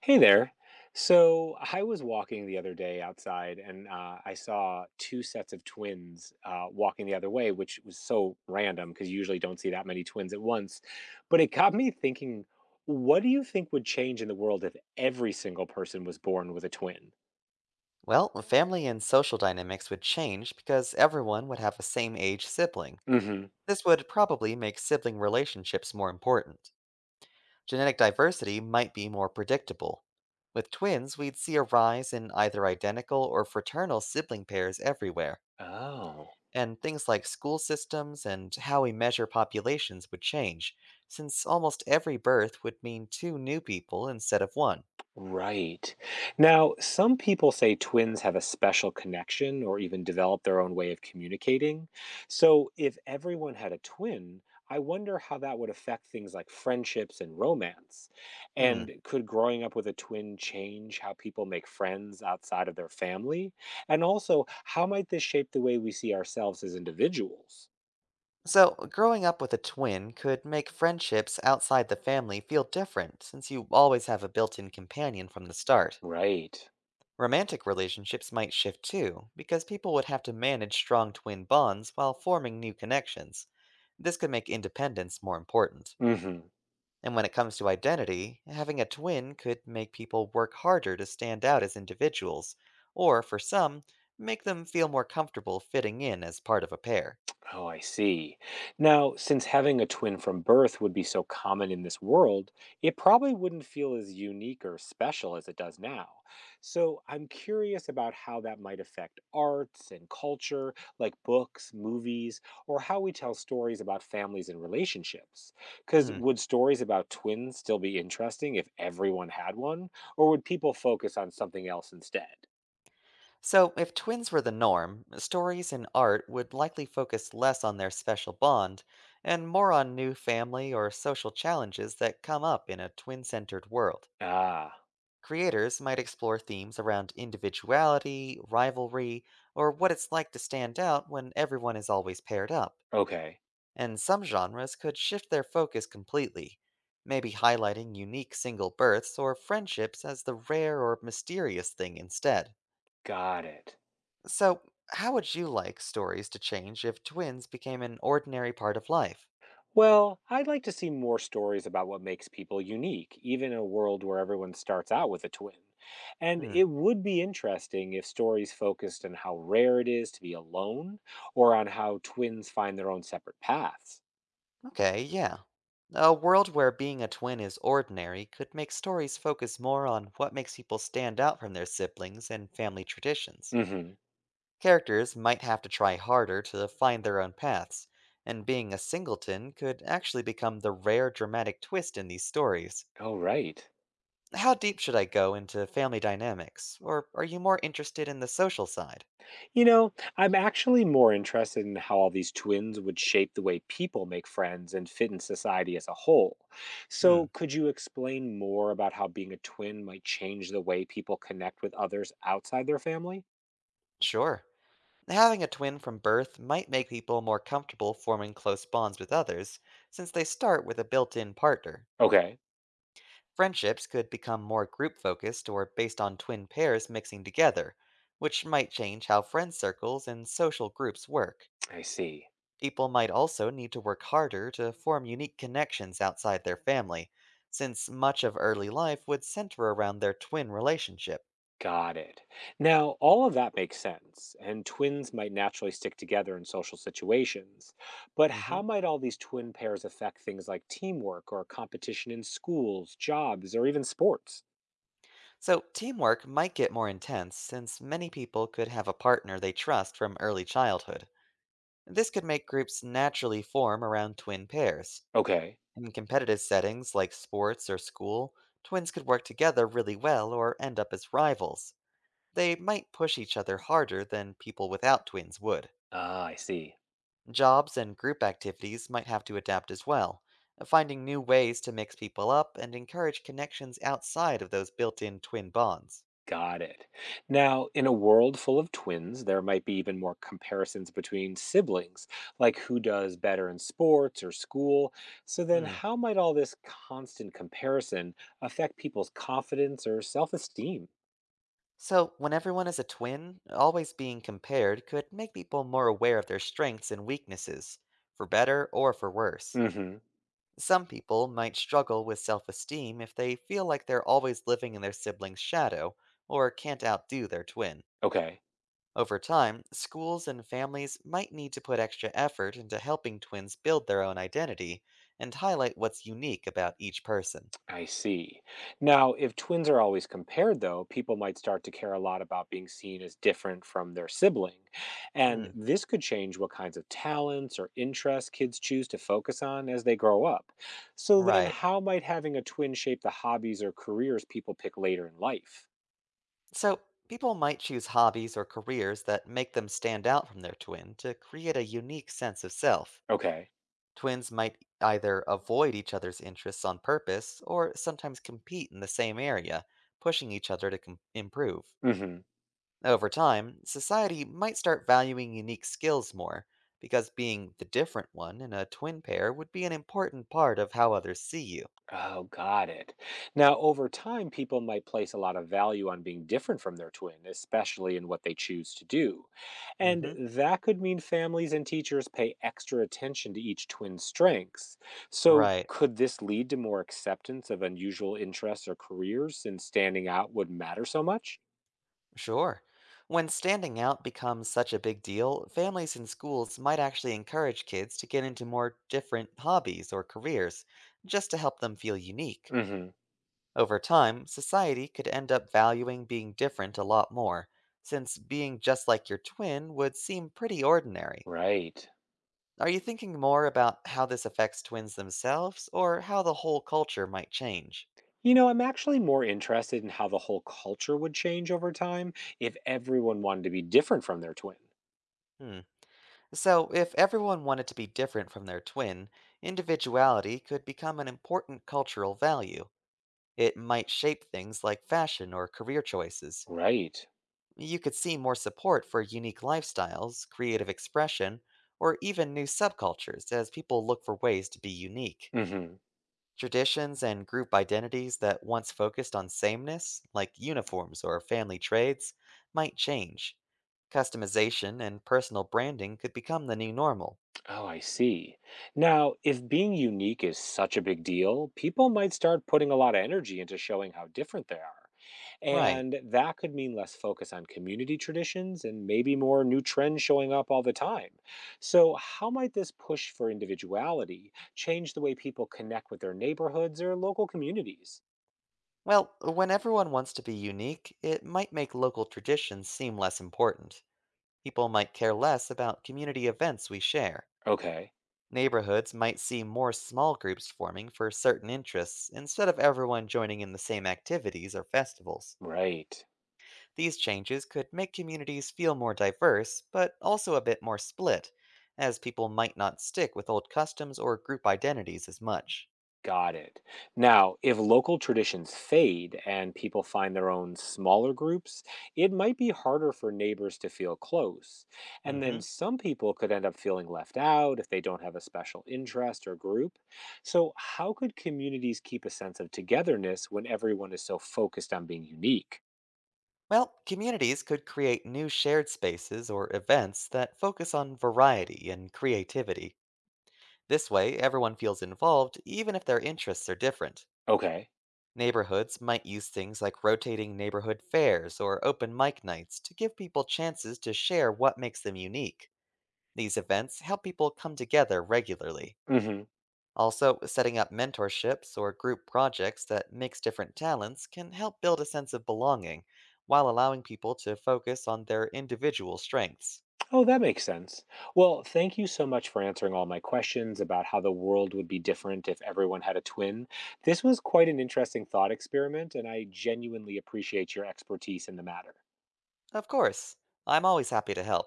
Hey there. So I was walking the other day outside and I saw two sets of twins walking the other way, which was so random because you usually don't see that many twins at once. But it got me thinking, what do you think would change in the world if every single person was born with a twin? Well, family and social dynamics would change because everyone would have a same age sibling. Hmm. This would probably make sibling relationships more important. Genetic diversity might be more predictable. With twins, we'd see a rise in either identical or fraternal sibling pairs everywhere, Oh. and things like school systems and how we measure populations would change, since almost every birth would mean two new people instead of one. Right. Now, some people say twins have a special connection or even develop their own way of communicating. So, if everyone had a twin, I wonder how that would affect things like friendships and romance. Hmm. And could growing up with a twin change how people make friends outside of their family? And also, how might this shape the way we see ourselves as individuals? So, growing up with a twin could make friendships outside the family feel different since you always have a built in companion from the start. Right. Romantic relationships might shift too, because people would have to manage strong twin bonds while forming new connections. This could make independence more important. Mhm. And when it comes to identity, having a twin could make people work harder to stand out as individuals, or for some, make them feel more comfortable fitting in as part of a pair. Oh, I see. Now, since having a twin from birth would be so common in this world, it probably wouldn't feel as unique or special as it does now. So, I'm curious about how that might affect arts and culture, like books, movies, or how we tell stories about families and relationships. Because Hmm. would stories about twins still be interesting if everyone had one, or would people focus on something else instead? So, if twins were the norm, stories and art would likely focus less on their special bond and more on new family or social challenges that come up in a twin centered world. Ah, Creators might explore themes around individuality, rivalry, or what it's like to stand out when everyone is always paired up. okay. And some genres could shift their focus completely, maybe highlighting unique single births or friendships as the rare or mysterious thing instead. Got it. So, how would you like stories to change if twins became an ordinary part of life? Well, I'd like to see more stories about what makes people unique, even in a world where everyone starts out with a twin. And Hmm, it would be interesting if stories focused on how rare it is to be alone or on how twins find their own separate paths. okay, yeah. A world where being a twin is ordinary could make stories focus more on what makes people stand out from their siblings and family traditions. Mm hmm. Characters might have to try harder to find their own paths, and being a singleton could actually become the rare dramatic twist in these stories. Oh, right. How deep should I go into family dynamics, or are you more interested in the social side? You know, I'm actually more interested in how all these twins would shape the way people make friends and fit in society as a whole. Hmm, So, could you explain more about how being a twin might change the way people connect with others outside their family? sure. Having a twin from birth might make people more comfortable forming close bonds with others, since they start with a built in partner. Okay, Friendships could become more group focused or based on twin pairs mixing together, which might change how friend circles and social groups work. I see. People might also need to work harder to form unique connections outside their family, since much of early life would center around their twin relationship. Got it. Now, all of that makes sense, and twins might naturally stick together in social situations. But Hmm. how might all these twin pairs affect things like teamwork or competition in schools, jobs, or even sports? So, teamwork might get more intense since many people could have a partner they trust from early childhood. This could make groups naturally form around twin pairs. Okay. In competitive settings like sports or school, twins could work together really well or end up as rivals. They might push each other harder than people without twins would. Ah, I see. Jobs and group activities might have to adapt as well, finding new ways to mix people up and encourage connections outside of those built in twin bonds. Got it. Now, in a world full of twins, there might be even more comparisons between siblings, like who does better in sports or school. So, then Hmm. how might all this constant comparison affect people's confidence or self esteem? So, when everyone is a twin, always being compared could make people more aware of their strengths and weaknesses, for better or for worse. Hmm. Some people might struggle with self esteem if they feel like they're always living in their sibling's shadow or can't outdo their twin. Okay. Over time, schools and families might need to put extra effort into helping twins build their own identity and highlight what's unique about each person. I see. Now, if twins are always compared, though, people might start to care a lot about being seen as different from their sibling. And Hmm, this could change what kinds of talents or interests kids choose to focus on as they grow up. So, then right. how might having a twin shape the hobbies or careers people pick later in life? So, people might choose hobbies or careers that make them stand out from their twin to create a unique sense of self. Okay. Twins might either avoid each other's interests on purpose or sometimes compete in the same area, pushing each other to improve. Mm hmm. Over time, society might start valuing unique skills more, because being the different one in a twin pair would be an important part of how others see you. Oh, got it. Now, over time, people might place a lot of value on being different from their twin, especially in what they choose to do. And hmm. that could mean families and teachers pay extra attention to each twin's strengths. So, Right. could this lead to more acceptance of unusual interests or careers since standing out would matter so much? Sure. When standing out becomes such a big deal, families and schools might actually encourage kids to get into more different hobbies or careers just to help them feel unique. Hmm. Over time, society could end up valuing being different a lot more, since being just like your twin would seem pretty ordinary. Right. Are you thinking more about how this affects twins themselves or how the whole culture might change? You know, I'm actually more interested in how the whole culture would change over time if everyone wanted to be different from their twin. Hmm. So, if everyone wanted to be different from their twin, individuality could become an important cultural value. It might shape things like fashion or career choices. Right. You could see more support for unique lifestyles, creative expression, or even new subcultures as people look for ways to be unique. Hmm. Traditions and group identities that once focused on sameness, like uniforms or family trades, might change. Customization and personal branding could become the new normal. Oh, I see. Now, if being unique is such a big deal, people might start putting a lot of energy into showing how different they are. Right. And that could mean less focus on community traditions and maybe more new trends showing up all the time. So, how might this push for individuality change the way people connect with their neighborhoods or local communities? Well, when everyone wants to be unique, it might make local traditions seem less important. People might care less about community events we share. Okay, Neighborhoods might see more small groups forming for certain interests instead of everyone joining in the same activities or festivals. right. These changes could make communities feel more diverse, but also a bit more split, as people might not stick with old customs or group identities as much. Got it. Now, if local traditions fade and people find their own smaller groups, it might be harder for neighbors to feel close. And Mm then hmm. some people could end up feeling left out if they don't have a special interest or group. So, how could communities keep a sense of togetherness when everyone is so focused on being unique? Well, communities could create new shared spaces or events that focus on variety and creativity. This way, everyone feels involved even if their interests are different. Okay. Neighborhoods might use things like rotating neighborhood fairs or open mic nights to give people chances to share what makes them unique. These events help people come together regularly. Mhm. Also, setting up mentorships or group projects that mix different talents can help build a sense of belonging while allowing people to focus on their individual strengths. Oh, that makes sense. Well, thank you so much for answering all my questions about how the world would be different if everyone had a twin. This was quite an interesting thought experiment, and I genuinely appreciate your expertise in the matter. Of course, I'm always happy to help.